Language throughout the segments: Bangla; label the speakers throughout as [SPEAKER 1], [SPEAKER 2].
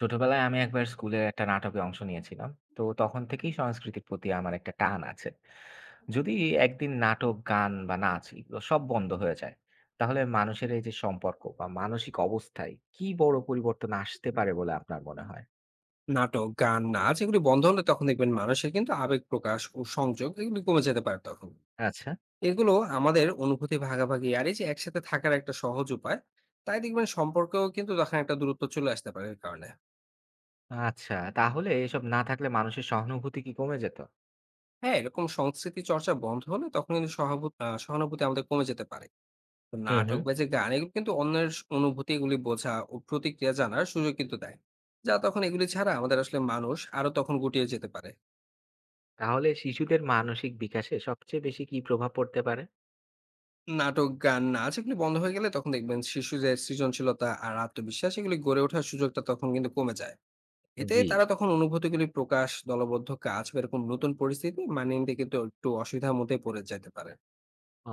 [SPEAKER 1] ছোটবেলায় আমি একবার স্কুলের একটা নাটকে অংশ নিয়েছিলাম। তো তখন থেকেই সংস্কৃতির প্রতি আমার একটা টান আছে। যদি একদিন নাটক, গান বা নাচ এগুলো সব বন্ধ হয়ে যায়, তাহলে মানুষের এই যে সম্পর্ক বা মানসিক অবস্থায় কি বড় পরিবর্তন আসতে পারে বলে আপনার মনে হয়?
[SPEAKER 2] নাটক, গান, নাচ এগুলি বন্ধ হলে তখন দেখবেন মানুষের কিন্তু আবেগ প্রকাশ ও সংযোগ এগুলি কমে যেতে পারে তখন।
[SPEAKER 1] আচ্ছা,
[SPEAKER 2] এগুলো আমাদের অনুভূতি ভাগাভাগি আর এই যে একসাথে থাকার একটা সহজ উপায়। তাই দেখবেন সম্পর্কেও কিন্তু তখন একটা দূরত্ব চলে আসতে পারে এর কারণে।
[SPEAKER 1] আচ্ছা। তাহলে এসব না থাকলে মানুষের সহানুভূতি কি কমে যেত?
[SPEAKER 2] হ্যাঁ, এরকম সংস্কৃতি চর্চা বন্ধ হলে তখন কিন্তু সহাবু আ সহানুভূতি আমাদের কমে যেতে পারে। তো
[SPEAKER 1] হুম,
[SPEAKER 2] নাটক
[SPEAKER 1] হুম।
[SPEAKER 2] বা যে গান এগুলো কিন্তু অন্যের অনুভূতি এগুলি বোঝা ও প্রতিক্রিয়া জানার সুযোগ কিন্তু দেয়। যা তখন এগুলি ছাড়া আমাদের আসলে মানুষ আরো তখন গুটিয়ে যেতে পারে।
[SPEAKER 1] তাহলে শিশুদের মানসিক বিকাশে সবচেয়ে বেশি কি প্রভাব পড়তে পারে?
[SPEAKER 2] নাটক, গান, নাচ এগুলি বন্ধ হয়ে গেলে তখন দেখবেন শিশু যে সৃজনশীলতা আর আত্মবিশ্বাস এগুলি গড়ে ওঠার সুযোগটা তখন কিন্তু কমে যায়। এতে
[SPEAKER 1] জি।
[SPEAKER 2] তারা তখন অনুভূতিগুলি প্রকাশ, দলবদ্ধ কাজ বা এরকম নতুন পরিস্থিতি মানিয়ে নিতে কিন্তু একটু অসুবিধার মধ্যে পড়ে যেতে পারে।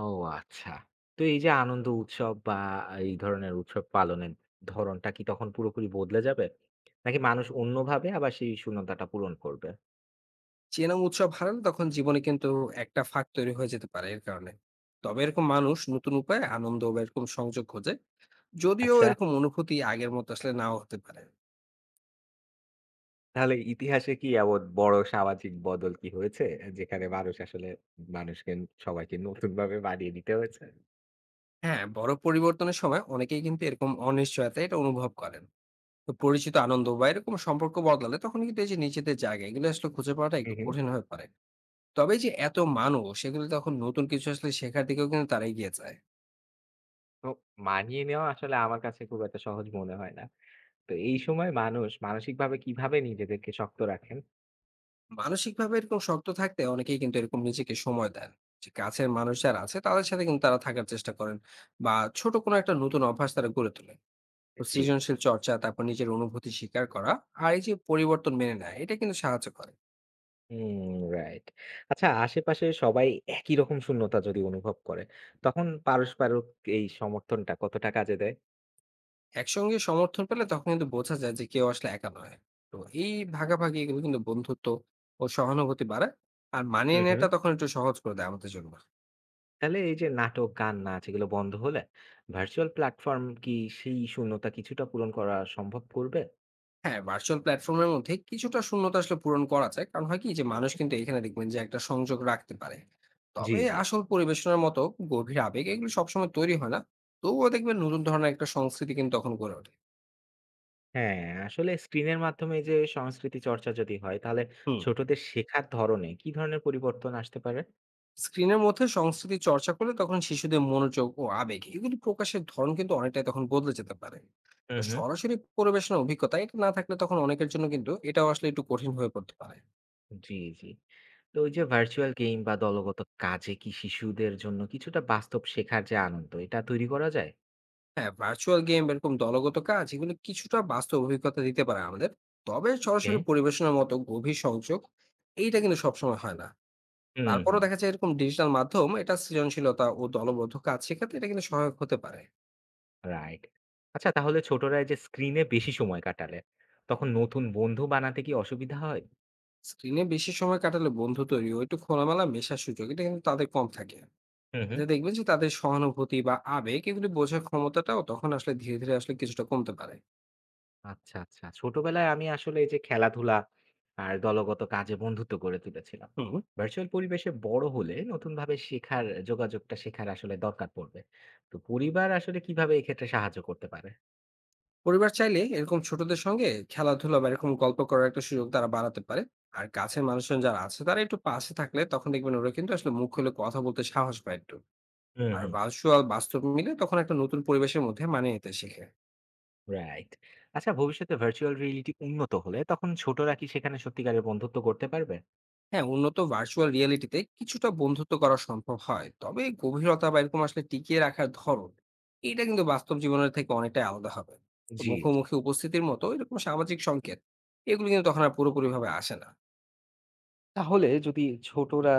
[SPEAKER 1] ও আচ্ছা। তো এই যে আনন্দ উৎসব বা এই ধরনের উৎসব পালনের ধরনটা কি তখন পুরোপুরি বদলে যাবে? নাকি মানুষ অন্যভাবে আবার সেই শূন্যতাটা পূরণ করবে?
[SPEAKER 2] চেনা উৎসব হারালে তখন জীবনে কিন্তু একটা ফাঁক তৈরি হয়ে যেতে পারে এর কারণে। তবে এরকম মানুষ নতুন উপায়ে আনন্দ বা এরকম সংযোগ খোঁজে। যদিও
[SPEAKER 1] আচ্ছা,
[SPEAKER 2] এরকম অনুভূতি আগের মতো আসলে নাও হতে পারে।
[SPEAKER 1] তাহলে ইতিহাসে কি এমন বড় সামাজিক বদল কি হয়েছে? যেখানে মানুষ আসলে মানুষকে সবাইকে নতুনভাবে মানিয়ে নিতে হয়েছে?
[SPEAKER 2] হ্যাঁ, বড় পরিবর্তনের সময় অনেকেই কিন্তু এরকম অনিশ্চয়তা এটা অনুভব করেন। তো পরিচিত আনন্দ বা এরকম সম্পর্ক বদলালে তখন কিন্তু এই যে নিজেদের জায়গা এগুলো আসলে খুঁজে পাওয়াটা
[SPEAKER 1] হু,
[SPEAKER 2] একটু
[SPEAKER 1] হু।
[SPEAKER 2] কঠিন হয়ে পড়ে। তবে এই যে এত মানুষ এগুলো তখন নতুন কিছু আসলে শেখার দিকেও কিন্তু তারা এগিয়ে যায়।
[SPEAKER 1] তো মানিয়ে নেওয়া আসলে আমার কাছে খুব একটা সহজ মনে হয় না। তো এই সময় মানুষ মানসিকভাবে কিভাবে নিজেদেরকে শক্ত রাখেন?
[SPEAKER 2] মানসিকভাবে এরকম শক্ত থাকতে অনেকেই কিন্তু এরকম নিজেকে সময় দেন, যে কাছের মানুষ যারা আছে তাদের সাথে কিন্তু তারা থাকার চেষ্টা করেন, বা ছোট কোনো একটা নতুন অভ্যাস তারা গড়ে তোলে। তো
[SPEAKER 1] জি।
[SPEAKER 2] সৃজনশীল চর্চা, তারপর নিজের অনুভূতি স্বীকার করা আর এই যে পরিবর্তন মেনে নেয়, এটা কিন্তু সাহায্য করে।
[SPEAKER 1] হুম, রাইট। আচ্ছা আশেপাশে সবাই একই রকম শূন্যতা যদি অনুভব করে, তখন পারস্পরিক এই সমর্থনটা কতটা কাজে দেয়?
[SPEAKER 2] একসঙ্গে সমর্থন পেলে তখন কিন্তু বোঝা যায় যে কেউ আসলে একা নয়। তো এই ভাগাভাগি এগুলো কিন্তু বন্ধুত্ব ও সহানুভূতি বাড়ায়, আর মানিয়ে
[SPEAKER 1] হুম, হুম।
[SPEAKER 2] নেওয়াটা তখন একটু সহজ করে দেয় আমাদের জন্য।
[SPEAKER 1] তাহলে এই যে নাটক, গান, নাচ এগুলো বন্ধ হলে ভার্চুয়াল প্ল্যাটফর্ম কি সেই শূন্যতা কিছুটা পূরণ করা সম্ভব করবে?
[SPEAKER 2] হ্যাঁ, ভার্চুয়াল প্ল্যাটফর্মের মধ্যে কিছুটা শূন্যতা আসলে পূরণ করা যায়, কারণ হয় কি যে
[SPEAKER 1] হুম,
[SPEAKER 2] মানুষ
[SPEAKER 1] হুম।
[SPEAKER 2] কিন্তু এখানে দেখবেন যে একটা সংযোগ রাখতে পারে।
[SPEAKER 1] জি,
[SPEAKER 2] তবে
[SPEAKER 1] জি।
[SPEAKER 2] আসল পরিবেশনার মতো গভীর আবেগ এগুলো সবসময় তৈরি হয় না। তবুও দেখবেন নতুন ধরনের একটা সংস্কৃতি কিন্তু তখন গড়ে ওঠে।
[SPEAKER 1] হ্যাঁ, আসলে স্ক্রিনের মাধ্যমে যে সংস্কৃতি চর্চা যদি হয় তাহলে
[SPEAKER 2] হুম।
[SPEAKER 1] ছোটদের শেখার ধরনে কি ধরনের পরিবর্তন আসতে পারে?
[SPEAKER 2] স্ক্রিনের মধ্যে সংস্কৃতি চর্চা করলে তখন শিশুদের মনোযোগ ও আবেগ এগুলি প্রকাশের ধরন কিন্তু অনেকটাই তখন বদলে যেতে পারে।
[SPEAKER 1] হুম,
[SPEAKER 2] তো
[SPEAKER 1] হুম।
[SPEAKER 2] সরাসরি পরিবেশনার অভিজ্ঞতা এটা না থাকলে তখন অনেকের জন্য কিন্তু এটাও আসলে একটু কঠিন হয়ে পড়তে পারে।
[SPEAKER 1] জি, জি। তো ওই যে ভার্চুয়াল গেম বা দলগত কাজে কি শিশুদের জন্য কিছুটা বাস্তব শেখার যে আনন্দ এটা তৈরি করা যায়?
[SPEAKER 2] হ্যাঁ, ভার্চুয়াল গেম, এরকম দলগত কাজ এগুলো কিছুটা বাস্তব অভিজ্ঞতা দিতে পারে আমাদের। তবে
[SPEAKER 1] ওকে
[SPEAKER 2] সরাসরি পরিবেশনার মতো গভীর সংযোগ এইটা কিন্তু সবসময় হয় না।
[SPEAKER 1] হুম,
[SPEAKER 2] তারপরও
[SPEAKER 1] হুম।
[SPEAKER 2] দেখা যায় এরকম ডিজিটাল মাধ্যম এটা সৃজনশীলতা ও দলবদ্ধ কাজ শেখাতে এটা কিন্তু সহায়ক হতে পারে।
[SPEAKER 1] রাইট। আচ্ছা তাহলে ছোটরা এই যে স্ক্রিনে বেশি সময় কাটালে তখন নতুন বন্ধু বানাতে কি অসুবিধা হয়?
[SPEAKER 2] স্ক্রিনে বেশি সময় কাটালে বন্ধু তৈরি ও একটু খোলামেলা মেশার সুযোগ এটা কিন্তু তাদের কম থাকে।
[SPEAKER 1] হুম হুম
[SPEAKER 2] এতে দেখবেন যে তাদের সহানুভূতি বা আবেগ এগুলি বোঝার ক্ষমতাটাও তখন আসলে ধীরে ধীরে আসলে কিছুটা কমতে পারে।
[SPEAKER 1] আচ্ছা, আচ্ছা। ছোটবেলায় আমি আসলে এই যে খেলাধুলা আর দলগত কাজে বন্ধুত্ব গড়ে তুলেছিলাম।
[SPEAKER 2] হুম।
[SPEAKER 1] ভার্চুয়াল পরিবেশে বড় হলে নতুনভাবে শেখার যোগাযোগটা শেখার আসলে দরকার পড়বে। তো পরিবার আসলে কিভাবে এক্ষেত্রে সাহায্য করতে পারে?
[SPEAKER 2] পরিবার চাইলে এরকম ছোটদের সঙ্গে খেলাধুলা বা এরকম গল্প করার একটা সুযোগ তারা বাড়াতে পারে। আর কাছের মানুষজন যারা আছে তারা একটু পাশে থাকলে তখন দেখবেন ওরা কিন্তু আসলে মুখ খুলে কথা বলতে সাহস পায় একটু।
[SPEAKER 1] হুম
[SPEAKER 2] আর
[SPEAKER 1] হুম
[SPEAKER 2] ভার্চুয়াল বাস্তব মিলে তখন একটা নতুন পরিবেশের মধ্যে মানিয়ে নিতে শেখে।
[SPEAKER 1] রাইট। আচ্ছা ভবিষ্যতে ভার্চুয়াল রিয়েলিটি উন্নত হলে তখন ছোটরা কি সেখানে সত্যিকারের বন্ধুত্ব করতে পারবে?
[SPEAKER 2] হ্যাঁ, উন্নত ভার্চুয়াল রিয়েলিটিতে কিছুটা বন্ধুত্ব করা সম্ভব হয়, তবে গভীরতা বা এরকম আসলে টিকিয়ে রাখার ধরন এটা কিন্তু বাস্তব জীবনের থেকে অনেকটাই আলাদা হবে। তো
[SPEAKER 1] জি, জি।
[SPEAKER 2] মুখোমুখি উপস্থিতির মতো এরকম সামাজিক সংকেত এগুলো কিন্তু তখন আর পুরোপুরি ভাবে আসে না।
[SPEAKER 1] তাহলে যদি ছোটরা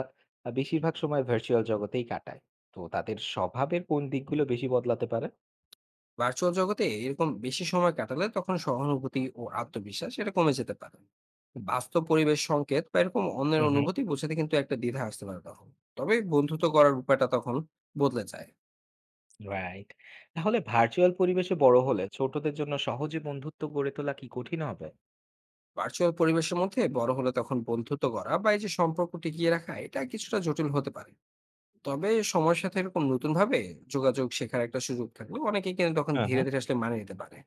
[SPEAKER 1] বেশিরভাগ সময় ভার্চুয়াল জগতেই কাটায়, তো তাদের স্বভাবের কোন দিকগুলো বেশি বদলাতে পারে?
[SPEAKER 2] ভার্চুয়াল জগতে এরকম বেশি সময় কাটালে তখন সহানুভূতি ও আত্মবিশ্বাস এটা কমে যেতে পারে। বাস্তব পরিবেশ সংকেত বা এরকম অন্যের
[SPEAKER 1] হুম, হুম।
[SPEAKER 2] অনুভূতি বোঝাতে কিন্তু একটা দ্বিধা আসতে পারে তখন। তবে বন্ধুত্ব করার উপায়টা তখন বদলে যায়।
[SPEAKER 1] রাইট। তাহলে ভার্চুয়াল পরিবেশে বড় হলে ছোটদের জন্য সহজে বন্ধুত্ব গড়ে তোলা কি কঠিন হবে?
[SPEAKER 2] ভার্চুয়াল পরিবেশের মধ্যে বড় হলে তখন বন্ধুত্ব গড়া বা এই যে সম্পর্ক টিকিয়ে রাখা এটা কিছুটা জটিল হতে পারে। তবে সময়ের সাথে এরকম নতুন ভাবে যোগাযোগ শেখার একটা সুযোগ থাকলে অনেকে কিন্তু তখন
[SPEAKER 1] হ্যাঁ,
[SPEAKER 2] ধীরে
[SPEAKER 1] হ্যাঁ।
[SPEAKER 2] ধীরে আসলে মানিয়ে নিতে পারে।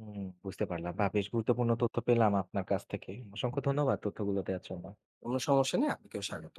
[SPEAKER 1] হুম, বুঝতে পারলাম। বাহ! বেশ গুরুত্বপূর্ণ তথ্য পেলাম আপনার কাছ থেকে। অসংখ্য ধন্যবাদ তথ্যগুলো দেওয়ার জন্য।
[SPEAKER 2] কোনো সমস্যা নেই, আপনাকেও স্বাগত।